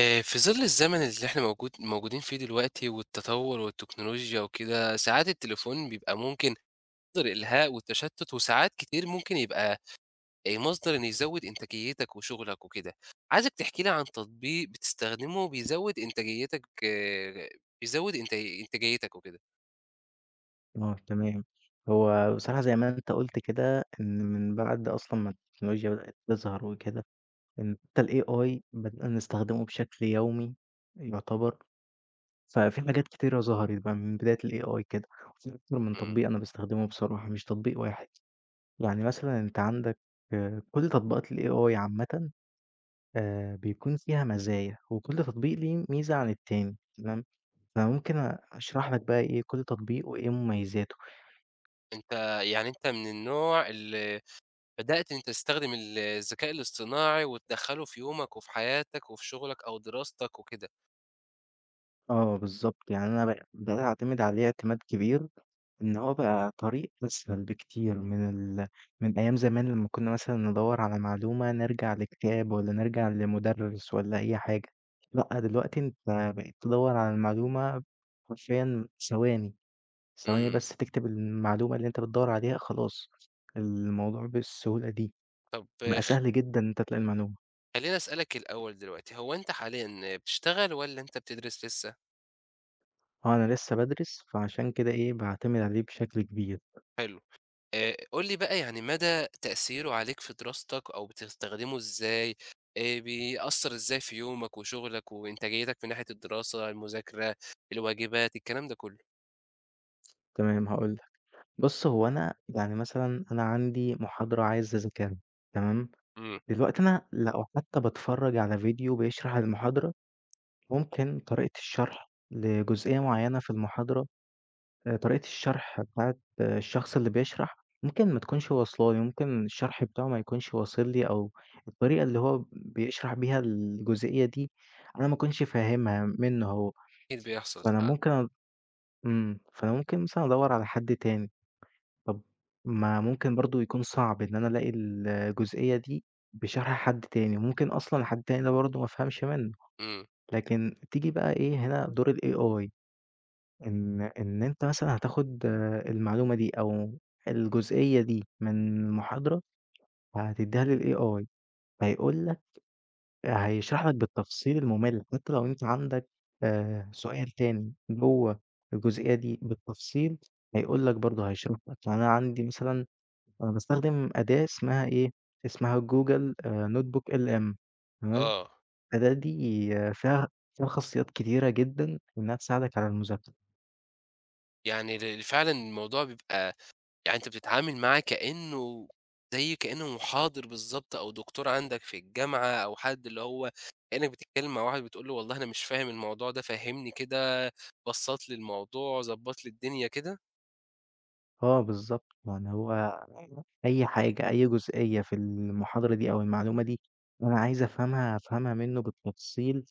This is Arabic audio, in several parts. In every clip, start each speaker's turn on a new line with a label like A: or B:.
A: في ظل الزمن اللي إحنا موجودين فيه دلوقتي والتطوّر والتكنولوجيا وكده، ساعات التليفون بيبقى ممكن مصدر إلهاء والتشتُّت وساعات كتير ممكن يبقى مصدر إنه يزوّد إنتاجيتك وشُغلك وكده. عايزك تحكي لي عن تطبيق بتستخدمه بيزوّد إنتاجيتك بيزوّد إنتاجيتك وكده.
B: آه، تمام. هو بصراحة زي ما أنت قُلت كده، إن من بعد أصلًا ما التكنولوجيا بدأت تظهر وكده، إن حتى الAI بدأنا نستخدمه بشكل يومي يعتبر، ففي حاجات كتيرة ظهرت بقى من بداية الAI كده، وفي أكتر من
A: إمم.
B: تطبيق أنا باستخدمه بصراحة مش تطبيق واحد. يعني مثلًا أنت عندك كل تطبيقات الAI عامةً، بيكون فيها مزايا، وكل تطبيق ليه ميزة عن التاني، تمام؟ فممكن أشرح لك بقى إيه كل تطبيق وإيه مميزاته.
A: أنت يعني أنت من النوع اللي بدأت إن أنت تستخدم الذكاء الاصطناعي وتدخّله في يومك وفي حياتك وفي شُغلك أو دراستك وكده.
B: آه بالضبط، يعني أنا بدأت أعتمد عليه اعتماد كبير، إن هو بقى طريق أسهل بكتير ال من أيام زمان لمّا كنا مثلًا ندوّر على معلومة نرجع لكتاب والّا نرجع لمُدرس والّا أي حاجة. لأ دلوقتي أنت بقيت تدوّر على المعلومة حرفيًا ثواني، ثواني
A: إمم.
B: بس تكتب المعلومة اللي أنت بتدوّر عليها خلاص. الموضوع بالسهولة دي،
A: طب
B: بقى سهل جدًا إن أنت تلاقي المعلومة.
A: خلّيني أسألك الأول دلوقتي، هو أنت حاليًا بتشتغل والّا أنت بتدرس لسه؟
B: آه أنا لسه بادرس، فعشان كده إيه باعتمد عليه بشكل كبير.
A: حلو، قُل لي بقى يعني مدى تأثيره عليك في دراستك أو بتستخدمه إزاي، بيأثّر إزاي في يومك وشغلك وإنتاجيتك من ناحية الدراسة، المذاكرة، الواجبات، الكلام ده كُلّه؟
B: تمام هاقول لك. بُص، هو أنا يعني مثلًا أنا عندي محاضرة عايز أذاكرها، تمام؟
A: إمم.
B: دلوقتي أنا لو حتى باتفرّج على فيديو بيشرح المحاضرة، ممكن طريقة الشرح لجزئية معيّنة في المحاضرة، طريقة الشرح بتاعة الشخص اللي بيشرح ممكن ما تكونش واصلة لي، ممكن الشرح بتاعه ما يكونش واصل لي أو الطريقة اللي هو بيشرح بيها الجزئية دي أنا ما أكونش فاهمها منّه هو،
A: أكيد بيحصل
B: فأنا
A: ساعات.
B: ممكن أ فأنا ممكن مثلًا أدوّر على حد تاني. طب ما ممكن برضه يكون صعب إن أنا ألاقي الجزئية دي بشرح حد تاني، ممكن أصلًا حد تاني ده برضه ما أفهمش منّه،
A: إمم،
B: لكن تيجي بقى إيه هنا دور الAI، إن أنت مثلًا هتاخد المعلومة دي أو الجزئية دي من محاضرة، هتدّيها للAI، هيقول لك، هيشرح لك بالتفصيل المُمِل، حتى لو أنت عندك سؤال تاني جوّه الجزئية دي بالتفصيل هيقول لك برضه، هيشرح لك. يعني أنا عندي مثلًا، أنا باستخدم أداة اسمها إيه، اسمها Google notebook LM، تمام؟
A: آه،
B: الأداة دي آه، فيها فيها خاصيات كتيرة جدًا إنها تساعدك على المذاكرة.
A: يعني فعلًا الموضوع بيبقى يعني أنت بتتعامل معاه كإنه زي كإنه محاضر بالضبط أو دكتور عندك في الجامعة أو حد اللي هو كإنك بتتكلم مع واحد بتقول له والله أنا مش فاهم الموضوع ده فهّمني كده، بسّط لي الموضوع، ضبّط لي الدنيا كده.
B: آه بالضبط، يعني هو أي حاجة، أي جزئية في المحاضرة دي أو المعلومة دي أنا عايز أفهمها، أفهمها منه بالتفصيل،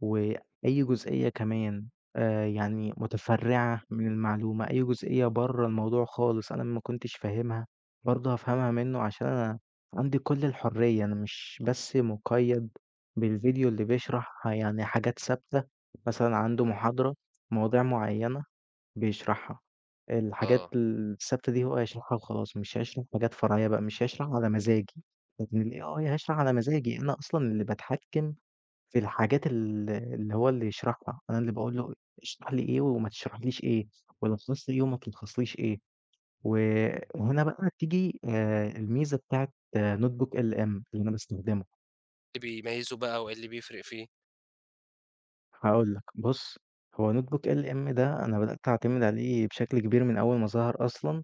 B: وأي جزئية كمان يعني متفرعة من المعلومة، أي جزئية برّه الموضوع خالص أنا ما كنتش فاهمها برضه هافهمها منه، عشان أنا عندي كل الحرية. أنا مش بس مُقيد بالفيديو اللي بيشرح يعني حاجات ثابتة، مثلًا عنده محاضرة مواضيع معينة بيشرحها. الحاجات
A: آه،
B: الثابتة دي هو هيشرحها وخلاص، مش هيشرح حاجات فرعية بقى، مش هيشرح على مزاجي، لكن الAI هيشرح على مزاجي. أنا أصلًا اللي باتحكم في الحاجات اللي هو اللي يشرحها، أنا اللي باقول له اشرح لي إيه وما تشرحليش إيه، ولخّص لي إيه وما تلخّصليش إيه. وهنا بقى تيجي الميزة بتاعة notebook LM اللي أنا باستخدمه.
A: إيه اللي بيميّزه بقى وإيه اللي بيفرق فيه؟
B: هاقول لك بُص، هو notebook LM ده أنا بدأت أعتمد عليه بشكل كبير من أول ما ظهر أصلًا.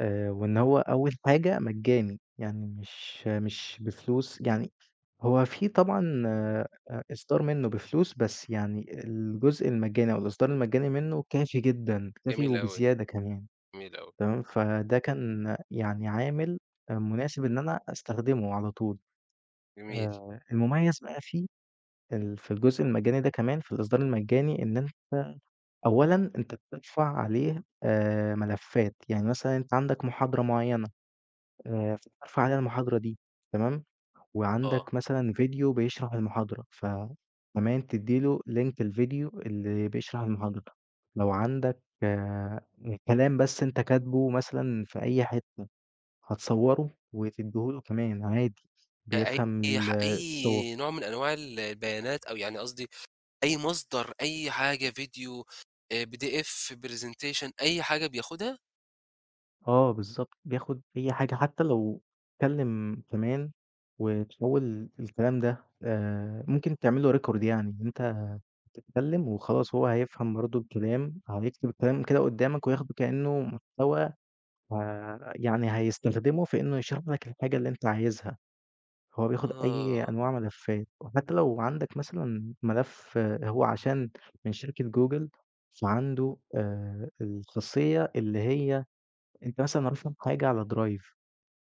B: وإن هو أول حاجة مجاني، يعني مش بفلوس، يعني هو في طبعًا، إصدار منه بفلوس، بس يعني الجزء المجاني أو الإصدار المجاني منه كافي جدًا، كافي
A: جميل أوي،
B: وبزيادة كمان،
A: جميل أوي،
B: تمام؟ فده كان يعني عامل مناسب إن أنا أستخدمه على طول.
A: جميل.
B: المميز بقى فيه ال في الجزء المجاني ده كمان، في الإصدار المجاني، إن أنت أولًا أنت بتدفع عليه ملفات، يعني مثلًا أنت عندك محاضرة معينة، فاتعرف على المحاضرة دي، تمام،
A: آه،
B: وعندك مثلًا فيديو بيشرح المحاضرة، كمان تدّي له لينك الفيديو اللي بيشرح المحاضرة، لو عندك كلام بس أنت كاتبه مثلًا في أي حتّة هتصوّره وتدّيه له كمان عادي،
A: أ
B: بيفهم
A: أي ح
B: ال الصور.
A: أي نوع من أنواع البيانات أو يعني قصدي أي مصدر، أي حاجة فيديو، PDF، presentation أي حاجة بياخدها؟
B: آه بالضبط، بياخد أي حاجة حتّى لو اتكلم كمان، وتحوّل الكلام ده، ممكن تعمل له record، يعني أنت تتكلم وخلاص، هو هيفهم برضه الكلام، هيكتب الكلام كده قدّامك وياخده كإنه محتوى، يعني هيستخدمه في إنه يشرح لك الحاجة اللي أنت عايزها. هو بياخد أي
A: آه.
B: أنواع ملفات، وحتى لو عندك مثلًا ملف هو عشان من شركة جوجل فعنده الخاصية اللي هي أنت مثلًا رافع حاجة على درايف،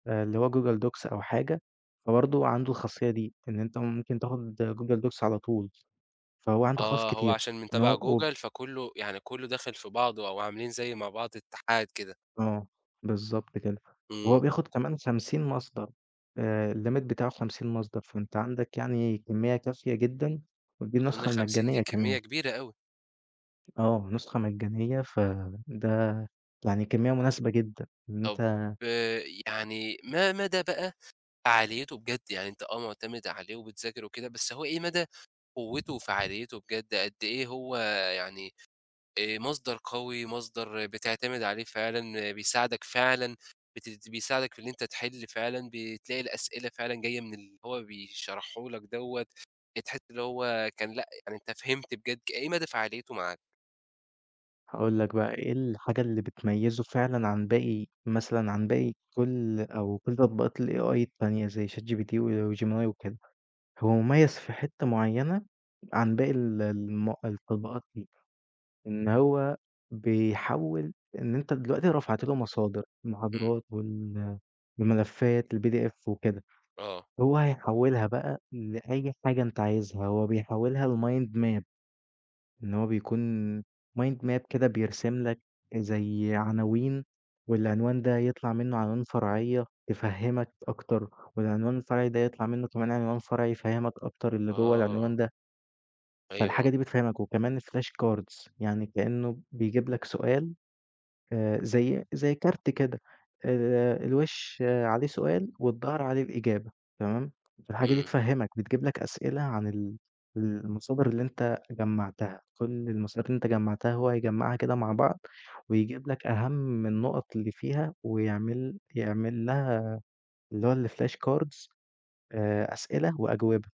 B: اللي هو جوجل دوكس أو حاجة، فبرضه عنده الخاصية دي، إن أنت ممكن تاخد جوجل دوكس على طول. فهو عنده خواص
A: آه، هو
B: كتير،
A: عشان من
B: إن
A: تبع
B: هو
A: جوجل، فكُلّه يعني كُلّه داخل في بعضه أو عاملين زي مع بعض اتحاد كده.
B: آه، بالضبط كده. وهو
A: إمم.
B: بياخد كمان 50 مصدر، الlimit بتاعه 50 مصدر، فأنت عندك يعني كمية كافية جدًا، ودي
A: أظن
B: النسخة
A: 50
B: المجانية
A: دي كمية
B: كمان.
A: كبيرة أوي.
B: آه، نسخة مجانية، فده يعني كمية مناسبة جدًا. إن أنت
A: طب يعني ما مدى بقى فعاليته بجد؟ يعني أنت آه، مُعتمد عليه وبتذاكر وكده، بس هو إيه مدى قوته وفعاليته بجد؟ قد إيه هو يعني مصدر قوي، مصدر بتعتمد عليه فعلًا، آه، بيساعدك فعلًا، بيساعدك في إن أنت تحل فعلًا، بتلاقي الأسئلة فعلًا جاية من اللي هو بيشرحه لك دوّة، تحس اللي هو كان لأ، يعني أنت فهمت بجد إيه مدى فعاليته معاك.
B: هاقول لك بقى إيه الحاجة اللي بتميزه فعلًا عن باقي، مثلًا عن باقي كل أو كل تطبيقات الAI التانية زي ChatGPT وGemini وكده. هو مميز في حتة معينة عن باقي ال الم التطبيقات دي. إن هو بيحوّل إن أنت دلوقتي رفعت له مصادر،
A: إمم.
B: المحاضرات وال الملفات الPDF وكده،
A: آه.
B: هو هيحوّلها بقى لأي حاجة أنت عايزها. هو بيحوّلها لmind map، إن هو بيكون mind map كده بيرسم لك زي عناوين، والعنوان ده يطلع منّه عنوان فرعية تفهّمك أكتر، والعنوان الفرعي ده يطلع منّه كمان عنوان فرعي يفهّمك أكتر اللي جوّه العنوان
A: آه.
B: ده، فالحاجة
A: أيوه.
B: دي بتفهّمك. وكمان flashcards، يعني كإنّه بيجيب لك سؤال، زي كارت كده، الوِش عليه سؤال والضَّهر عليه الإجابة، تمام، فالحاجة دي
A: إمم.
B: تفهّمك، بتجيب لك أسئلة عن المصادر اللي أنت جمّعتها. كل المصادر اللي أنت جمّعتها هو هيجمّعها كده مع بعض ويجيب لك أهم النُّقط اللي فيها، ويعمل لها اللي هو الflash cards، أسئلة وأجوبة،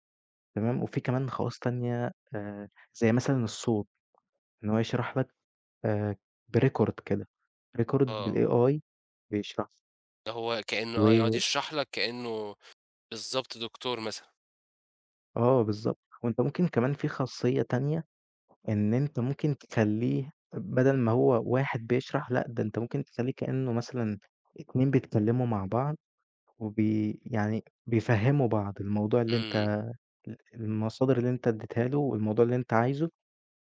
B: تمام. وفي كمان خواص تانية، زي مثلًا الصوت، إن هو يشرح لك، آآ بrecord كده، record
A: آه،
B: بالAI بيشرح
A: ده هو كإنه آه، يقعد
B: و
A: يشرح لك كإنه بالضبط دكتور مثلًا.
B: آه بالضبط. وأنت ممكن كمان في خاصية تانية، إن أنت ممكن تخلّيه بدل ما هو واحد بيشرح، لأ ده أنت ممكن تخلّيه كإنه مثلًا 2 بيتكلموا مع بعض، يعني بيفهّموا بعض الموضوع اللي أنت
A: إمم.
B: ال المصادر اللي أنت ادّيتها له والموضوع اللي أنت عايزه،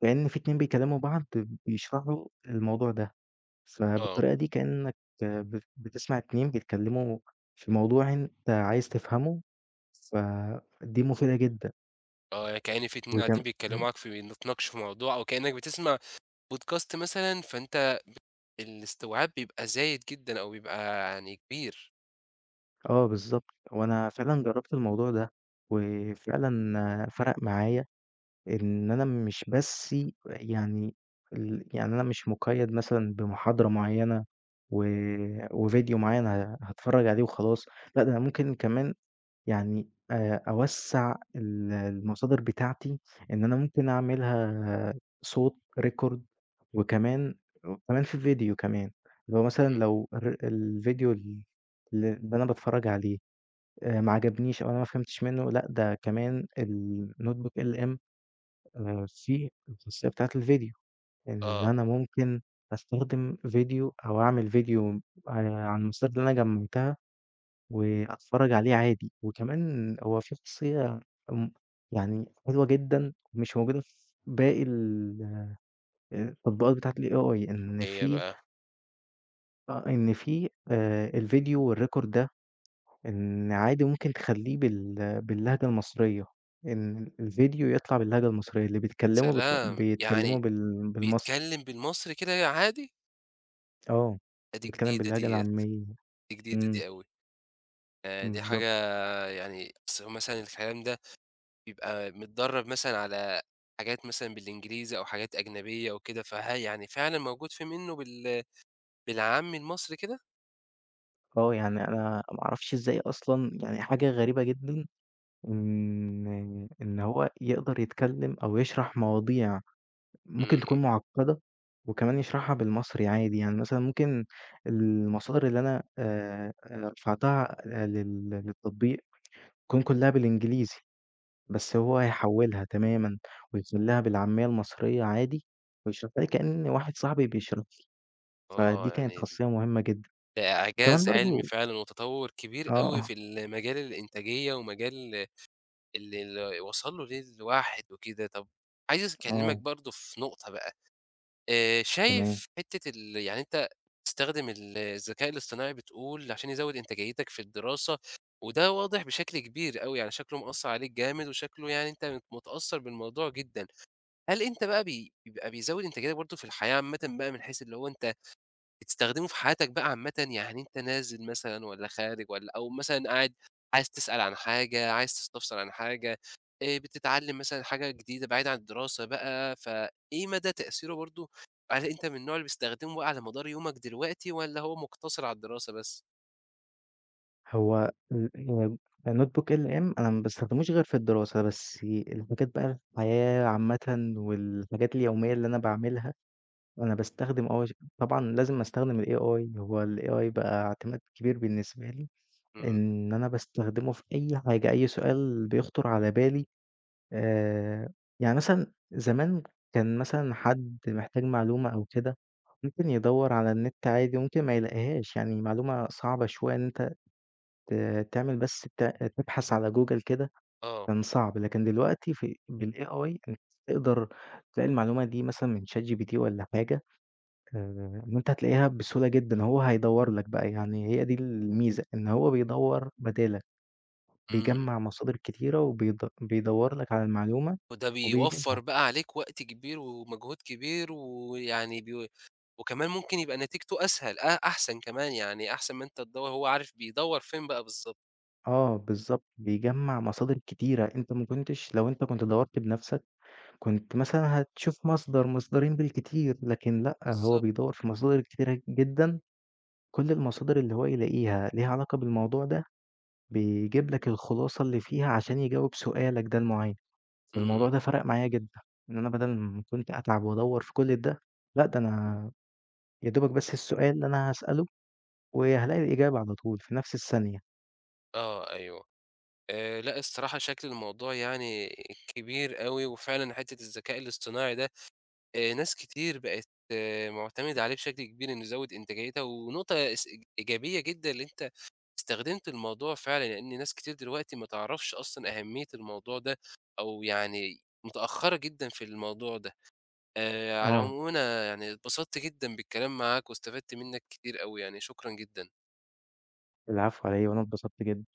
B: كإن في 2 بيكلموا بعض بيشرحوا الموضوع ده،
A: آه.
B: فبالطريقة دي كإنك بتسمع 2 بيتكلموا في موضوع أنت عايز تفهمه، فدي مفيدة جدًا
A: آه، يعني كإن في 2
B: وكم
A: قاعدين بيتكلموا
B: إمم.
A: معاك في بيتناقشوا في موضوع أو كإنك بتسمع podcast مثلًا، فأنت الاستيعاب بيبقى زايد جدًا أو بيبقى يعني كبير.
B: آه بالضبط، وأنا فعلًا جرّبت الموضوع ده، وفعلًا فرق معايا إن أنا مش بس يعني، ال يعني أنا مش مُقيّد مثلًا بمحاضرة معيّنة و وفيديو معيّن هاتفرّج عليه وخلاص. لأ ده أنا ممكن كمان يعني، أوسّع المصادر بتاعتي، إن أنا ممكن أعملها صوت record، وكمان في فيديو كمان، اللي هو مثلًا
A: إمم.
B: لو الفيديو اللي أنا باتفرّج عليه ما عجبنيش أو أنا ما فهمتش منّه، لأ ده كمان الnotebook LM فيه الخاصية بتاعة الفيديو، إن
A: آه،
B: أنا ممكن أستخدم فيديو أو أعمل فيديو عن المصادر اللي أنا جمّعتها وأتفرّج عليه عادي. وكمان هو فيه خاصية م يعني حلوة جدًا، مش موجودة في باقي ال آه، التطبيقات بتاعة الAI، إن
A: هي
B: فيه
A: بقى؟
B: آه إن فيه الفيديو والrecord ده، إن عادي ممكن تخلّيه باللهجة المصرية، إن الفيديو يطلع باللهجة المصرية، اللي بيتكلموا بيطل
A: سلام!
B: بيتكلموا
A: يعني
B: بالمصري،
A: بيتكلم بالمصري كده عادي،
B: آه،
A: أدي
B: بيتكلم
A: جديدة
B: باللهجة
A: ديّة،
B: العامية.
A: دي جديدة
B: إمم،
A: دي أوي، دي حاجة
B: بالضبط.
A: يعني أصل هو مثلًا الكلام ده بيبقى متدرّب مثلًا على حاجات مثلًا بالإنجليزي أو حاجات أجنبية وكده، فهل يعني فعلًا موجود في منه بالعامي المصري كده؟
B: آه، يعني أنا ما أعرفش إزاي أصلًا، يعني حاجة غريبة جدًا إن إن هو يقدر يتكلم أو يشرح مواضيع
A: إمم،
B: ممكن
A: إمم.
B: تكون معقدة، وكمان يشرحها بالمصري عادي. يعني مثلًا ممكن المصادر اللي أنا، رفعتها للتطبيق تكون كلّها بالإنجليزي، بس هو هيحوّلها تمامًا ويخلّيها بالعامية المصرية عادي ويشرحها لي كإن واحد صاحبي بيشرح لي، فدي
A: آه،
B: كانت
A: يعني
B: خاصية مهمة جدًا.
A: ده
B: وكمان
A: إعجاز علمي
B: برضه
A: فعلًا وتطوّر كبير أوي
B: آه،
A: في مجال الإنتاجية ومجال اللي وصل له ليه الواحد وكده. طب عايز أكلّمك
B: آه،
A: برضه في نقطة بقى،
B: تمام.
A: شايف حتّة يعني أنت تستخدم الذكاء الاصطناعي بتقول عشان يزوّد إنتاجيتك في الدراسة، وده واضح بشكل كبير أوي، يعني شكله مأثّر عليك جامد وشكله يعني أنت متأثّر بالموضوع جدًا. هل أنت بقى بيبقى بيزوّد إنتاجيتك برضه في الحياة عامةً بقى من حيث اللي هو أنت بتستخدمه في حياتك بقى عامةً، يعني أنت نازل مثلًا والّا خارج والّا أو مثلًا قاعد عايز تسأل عن حاجة، عايز تستفسر عن حاجة، بتتعلم مثلًا حاجة جديدة بعيد عن الدراسة بقى، فإيه مدى تأثيره برضه هل أنت من النوع اللي بيستخدمه بقى على مدار يومك دلوقتي والّا هو مقتصر على الدراسة بس؟
B: هو النوت بوك ال هي notebook LM أنا ما باستخدموش غير في الدراسة، بس الحاجات بقى الحياة عامةً والحاجات اليومية اللي أنا باعملها، أنا باستخدم، آه ش طبعًا لازم أستخدم الAI. هو الAI بقى اعتماد كبير بالنسبة لي.
A: إمم.
B: إن أنا باستخدمه في أي حاجة، أي سؤال بيخطر على بالي، آآ، يعني مثلًا زمان كان مثلًا حد محتاج معلومة أو كده، ممكن يدوّر على النت عادي وممكن ما يلاقيهاش، يعني معلومة صعبة شوية، إن أنت ت تعمل بس تبحث على جوجل كده
A: آه.
B: كان صعب. لكن دلوقتي في بالAI أنت تقدر تلاقي المعلومة دي مثلًا من ChatGPT والّا حاجة، إن أنت هتلاقيها بسهولة جدًا. هو هيدوّر لك بقى، يعني هي دي الميزة إن هو بيدوّر بدالك.
A: إمم،
B: بيجمّع مصادر كتيرة وبيد بيدوّر لك على المعلومة
A: وده بيوفّر
B: وبيجيبها.
A: بقى عليك وقت كبير ومجهود كبير ويعني بي وكمان ممكن يبقى نتيجته أسهل أ أحسن كمان، يعني أحسن ما أنت تدوّر هو عارف بيدوّر فين بقى بالضبط.
B: آه، بالضبط، بيجمّع مصادر كتيرة، أنت ما كنتش، لو أنت كنت دوّرت بنَفْسك كنت مثلًا هتشوف مصدر، مصدرين بالكتير، لكن لأ، هو
A: بالضبط.
B: بيدوّر في مصادر كتيرة جدًا، كل المصادر اللي هو يلاقيها ليها علاقة بالموضوع ده، بيجيب لك الخلاصة اللي فيها عشان يجاوب سؤالك ده المُعين. فالموضوع
A: إمم.
B: ده فرق معايا جدًا، إن أنا بدل ما كنت أتعب وأدوّر في كل ده، لأ، ده أنا يا دوبك بس السؤال اللي أنا هاسأله وهالاقي الإجابة على طول في نفس الثانية.
A: آه. أيوه. لأ الصراحة شكل الموضوع يعني كبير أوي، وفعلًا حتّة الذكاء الاصطناعي ده ناس كتير بقت آه معتمدة عليه بشكل كبير إنه يزوّد إنتاجيتها، ونقطة إس إيجابية جدًا اللي أنت استخدمت الموضوع فعلًا، لإن ناس كتير دلوقتي ما تعرفش أصلًا أهمية الموضوع ده، أو يعني متأخرة جدًا في الموضوع ده، على
B: آه،
A: العموم أنا يعني اتبسطت جدًا بالكلام معاك، واستفدت منّك كتير أوي يعني، شكرًا جدًا.
B: العفو على إيه، وأنا اتبسطت جدًا.